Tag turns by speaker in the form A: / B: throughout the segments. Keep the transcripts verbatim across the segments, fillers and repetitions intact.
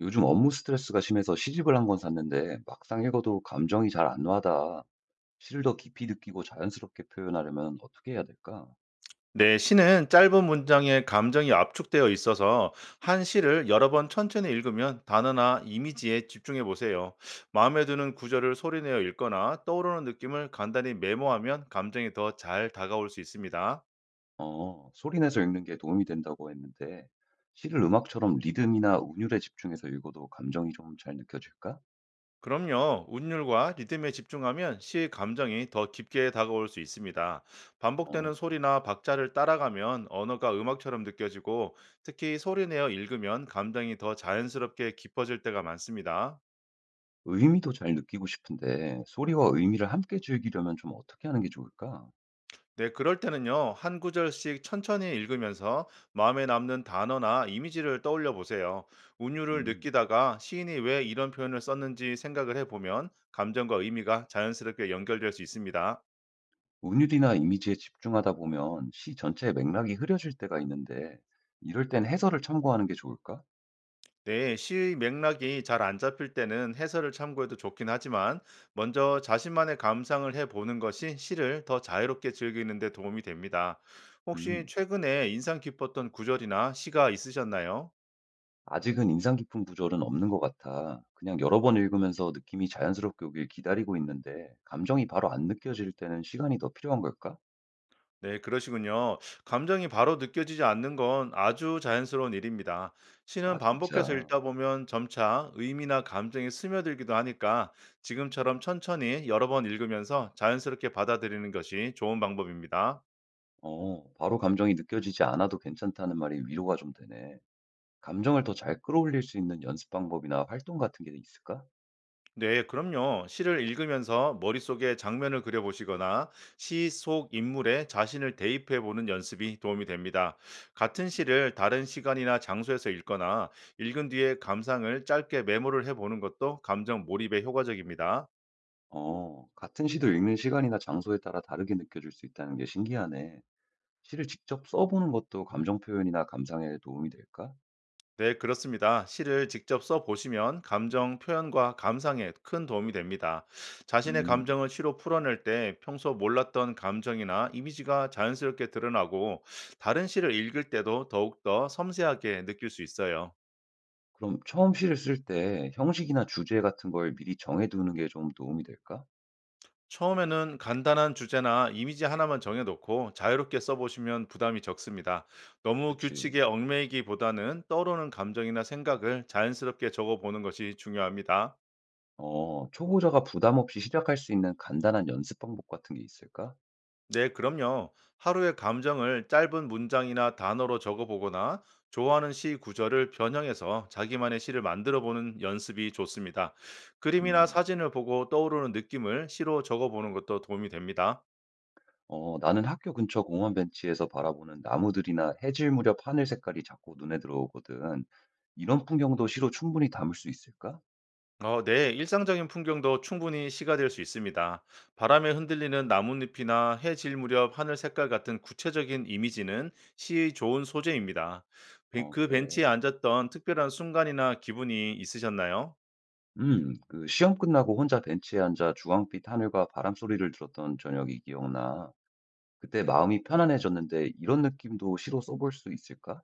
A: 요즘 업무 스트레스가 심해서 시집을 한 권 샀는데 막상 읽어도 감정이 잘 안 와닿아. 시를 더 깊이 느끼고 자연스럽게 표현하려면 어떻게 해야 될까?
B: 네, 시는 짧은 문장에 감정이 압축되어 있어서 한 시를 여러 번 천천히 읽으면 단어나 이미지에 집중해 보세요. 마음에 드는 구절을 소리내어 읽거나 떠오르는 느낌을 간단히 메모하면 감정이 더 잘 다가올 수 있습니다.
A: 어, 소리 내서 읽는 게 도움이 된다고 했는데 시를 음악처럼 리듬이나 운율에 집중해서 읽어도 감정이 좀 잘 느껴질까?
B: 그럼요, 운율과 리듬에 집중하면 시의 감정이 더 깊게 다가올 수 있습니다.
A: 어,
B: 반복되는 소리나 박자를 따라가면 언어가 음악처럼 느껴지고 특히 소리내어 읽으면 감정이 더 자연스럽게 깊어질 때가 많습니다.
A: 의미도 잘 느끼고 싶은데 소리와 의미를 함께 즐기려면 좀 어떻게 하는 게 좋을까?
B: 네, 그럴 때는요, 한 구절씩 천천히 읽으면서 마음에 남는 단어나 이미지를 떠올려 보세요. 운율을
A: 음,
B: 느끼다가 시인이 왜 이런 표현을 썼는지 생각을 해보면 감정과 의미가 자연스럽게 연결될 수 있습니다.
A: 운율이나 이미지에 집중하다 보면 시 전체의 맥락이 흐려질 때가 있는데 이럴 땐 해설을 참고하는 게 좋을까?
B: 네, 시의 맥락이 잘 안 잡힐 때는 해설을 참고해도 좋긴 하지만 먼저 자신만의 감상을 해보는 것이 시를 더 자유롭게 즐기는 데 도움이 됩니다. 혹시
A: 음,
B: 최근에 인상 깊었던 구절이나 시가 있으셨나요?
A: 아직은 인상 깊은 구절은 없는 것 같아. 그냥 여러 번 읽으면서 느낌이 자연스럽게 오길 기다리고 있는데, 감정이 바로 안 느껴질 때는 시간이 더 필요한 걸까?
B: 네, 그러시군요. 감정이 바로 느껴지지 않는 건 아주 자연스러운 일입니다.
A: 아,
B: 시는 반복해서
A: 진짜.
B: 읽다 보면 점차 의미나 감정이 스며들기도 하니까 지금처럼 천천히 여러 번 읽으면서 자연스럽게 받아들이는 것이 좋은 방법입니다.
A: 어, 바로 감정이 느껴지지 않아도 괜찮다는 말이 위로가 좀 되네. 감정을 더 잘 끌어올릴 수 있는 연습 방법이나 활동 같은 게 있을까?
B: 네, 그럼요. 시를 읽으면서 머릿속에 장면을 그려보시거나 시 속 인물에 자신을 대입해 보는 연습이 도움이 됩니다. 같은 시를 다른 시간이나 장소에서 읽거나 읽은 뒤에 감상을 짧게 메모를 해 보는 것도 감정 몰입에 효과적입니다.
A: 어, 같은 시도 읽는 시간이나 장소에 따라 다르게 느껴질 수 있다는 게 신기하네. 시를 직접 써보는 것도 감정 표현이나 감상에 도움이 될까?
B: 네, 그렇습니다. 시를 직접 써 보시면 감정 표현과 감상에 큰 도움이 됩니다. 자신의
A: 음.
B: 감정을 시로 풀어낼 때 평소 몰랐던 감정이나 이미지가 자연스럽게 드러나고 다른 시를 읽을 때도 더욱더 섬세하게 느낄 수 있어요.
A: 그럼 처음 시를 쓸 때 형식이나 주제 같은 걸 미리 정해두는 게 좀 도움이 될까?
B: 처음에는 간단한 주제나 이미지 하나만 정해놓고 자유롭게 써보시면 부담이 적습니다. 너무
A: 그치.
B: 규칙에 얽매이기보다는 떠오르는 감정이나 생각을 자연스럽게 적어보는 것이 중요합니다.
A: 어, 초보자가 부담 없이 시작할 수 있는 간단한 연습 방법 같은 게 있을까?
B: 네, 그럼요. 하루의 감정을 짧은 문장이나 단어로 적어보거나 좋아하는 시 구절을 변형해서 자기만의 시를 만들어 보는 연습이 좋습니다. 그림이나
A: 음.
B: 사진을 보고 떠오르는 느낌을 시로 적어보는 것도 도움이 됩니다.
A: 어, 나는 학교 근처 공원 벤치에서 바라보는 나무들이나 해질 무렵 하늘 색깔이 자꾸 눈에 들어오거든. 이런 풍경도 시로 충분히 담을 수 있을까?
B: 어, 네, 일상적인 풍경도 충분히 시가 될 수 있습니다. 바람에 흔들리는 나뭇잎이나 해질 무렵 하늘 색깔 같은 구체적인 이미지는 시의 좋은 소재입니다. 벤-
A: 어,
B: 그
A: 그래.
B: 벤치에 앉았던 특별한 순간이나 기분이 있으셨나요?
A: 음, 그 시험 끝나고 혼자 벤치에 앉아 주황빛 하늘과 바람 소리를 들었던 저녁이 기억나. 그때 마음이 편안해졌는데 이런 느낌도 시로 써볼 수 있을까?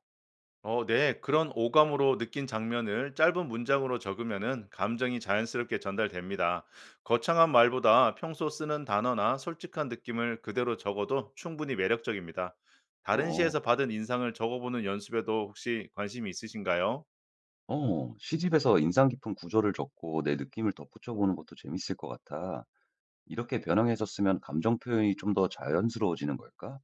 B: 어, 네. 그런 오감으로 느낀 장면을 짧은 문장으로 적으면은 감정이 자연스럽게 전달됩니다. 거창한 말보다 평소 쓰는 단어나 솔직한 느낌을 그대로 적어도 충분히 매력적입니다. 다른
A: 어,
B: 시에서 받은 인상을 적어보는 연습에도 혹시 관심이 있으신가요?
A: 어, 시집에서 인상 깊은 구절을 적고 내 느낌을 덧붙여 보는 것도 재밌을 것 같아. 이렇게 변형해서 쓰면 감정 표현이 좀 더 자연스러워지는 걸까?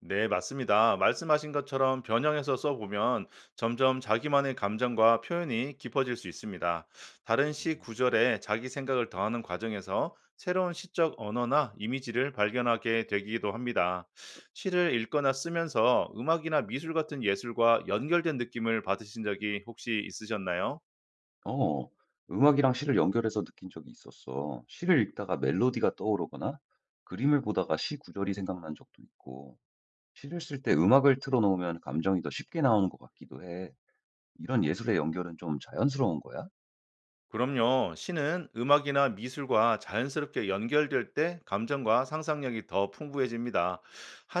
B: 네, 맞습니다. 말씀하신 것처럼 변형해서 써보면 점점 자기만의 감정과 표현이 깊어질 수 있습니다. 다른 시
A: 음.
B: 구절에 자기 생각을 더하는 과정에서 새로운 시적 언어나 이미지를 발견하게 되기도 합니다. 시를 읽거나 쓰면서 음악이나 미술 같은 예술과 연결된 느낌을 받으신 적이 혹시 있으셨나요?
A: 어, 음악이랑 시를 연결해서 느낀 적이 있었어. 시를 읽다가 멜로디가 떠오르거나 그림을 보다가 시 구절이 생각난 적도 있고, 시를 쓸 때 음악을 틀어놓으면 감정이 더 쉽게 나오는 것 같기도 해. 이런 예술의 연결은 좀 자연스러운 거야?
B: 그럼요. 시는 음악이나 미술과 자연스럽게 연결될 때 감정과 상상력이 더 풍부해집니다.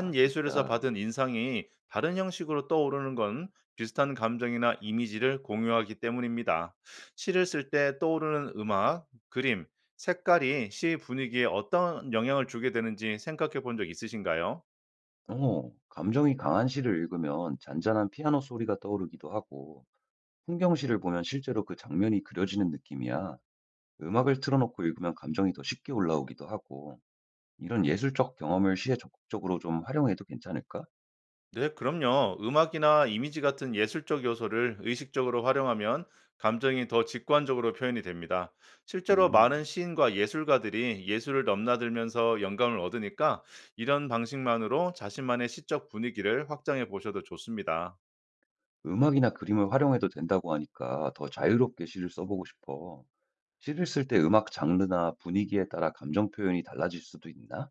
A: 아,
B: 예술에서
A: 진짜.
B: 받은 인상이 다른 형식으로 떠오르는 건 비슷한 감정이나 이미지를 공유하기 때문입니다. 시를 쓸 때 떠오르는 음악, 그림, 색깔이 시 분위기에 어떤 영향을 주게 되는지 생각해 본 적 있으신가요?
A: 어, 감정이 강한 시를 읽으면 잔잔한 피아노 소리가 떠오르기도 하고, 풍경시를 보면 실제로 그 장면이 그려지는 느낌이야. 음악을 틀어놓고 읽으면 감정이 더 쉽게 올라오기도 하고, 이런 예술적 경험을 시에 적극적으로 좀 활용해도 괜찮을까?
B: 네, 그럼요. 음악이나 이미지 같은 예술적 요소를 의식적으로 활용하면 감정이 더 직관적으로 표현이 됩니다. 실제로
A: 음,
B: 많은 시인과 예술가들이 예술을 넘나들면서 영감을 얻으니까 이런 방식만으로 자신만의 시적 분위기를 확장해 보셔도 좋습니다.
A: 음악이나 그림을 활용해도 된다고 하니까 더 자유롭게 시를 써보고 싶어. 시를 쓸 때 음악 장르나 분위기에 따라 감정 표현이 달라질 수도 있나?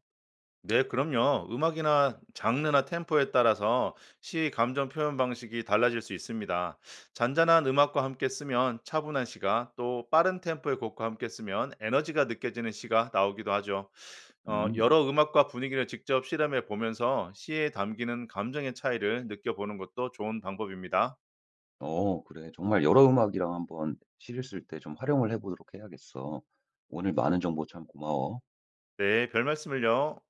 B: 네, 그럼요. 음악이나 장르나 템포에 따라서 시 감정 표현 방식이 달라질 수 있습니다. 잔잔한 음악과 함께 쓰면 차분한 시가, 또 빠른 템포의 곡과 함께 쓰면 에너지가 느껴지는 시가 나오기도 하죠. 어,
A: 음.
B: 여러 음악과 분위기를 직접 실험해 보면서 시에 담기는 감정의 차이를 느껴보는 것도 좋은 방법입니다.
A: 어 그래. 정말 여러 음악이랑 한번 시리즈 쓸 때 좀 활용을 해 보도록 해야겠어. 오늘 많은 정보 참 고마워.
B: 네, 별 말씀을요.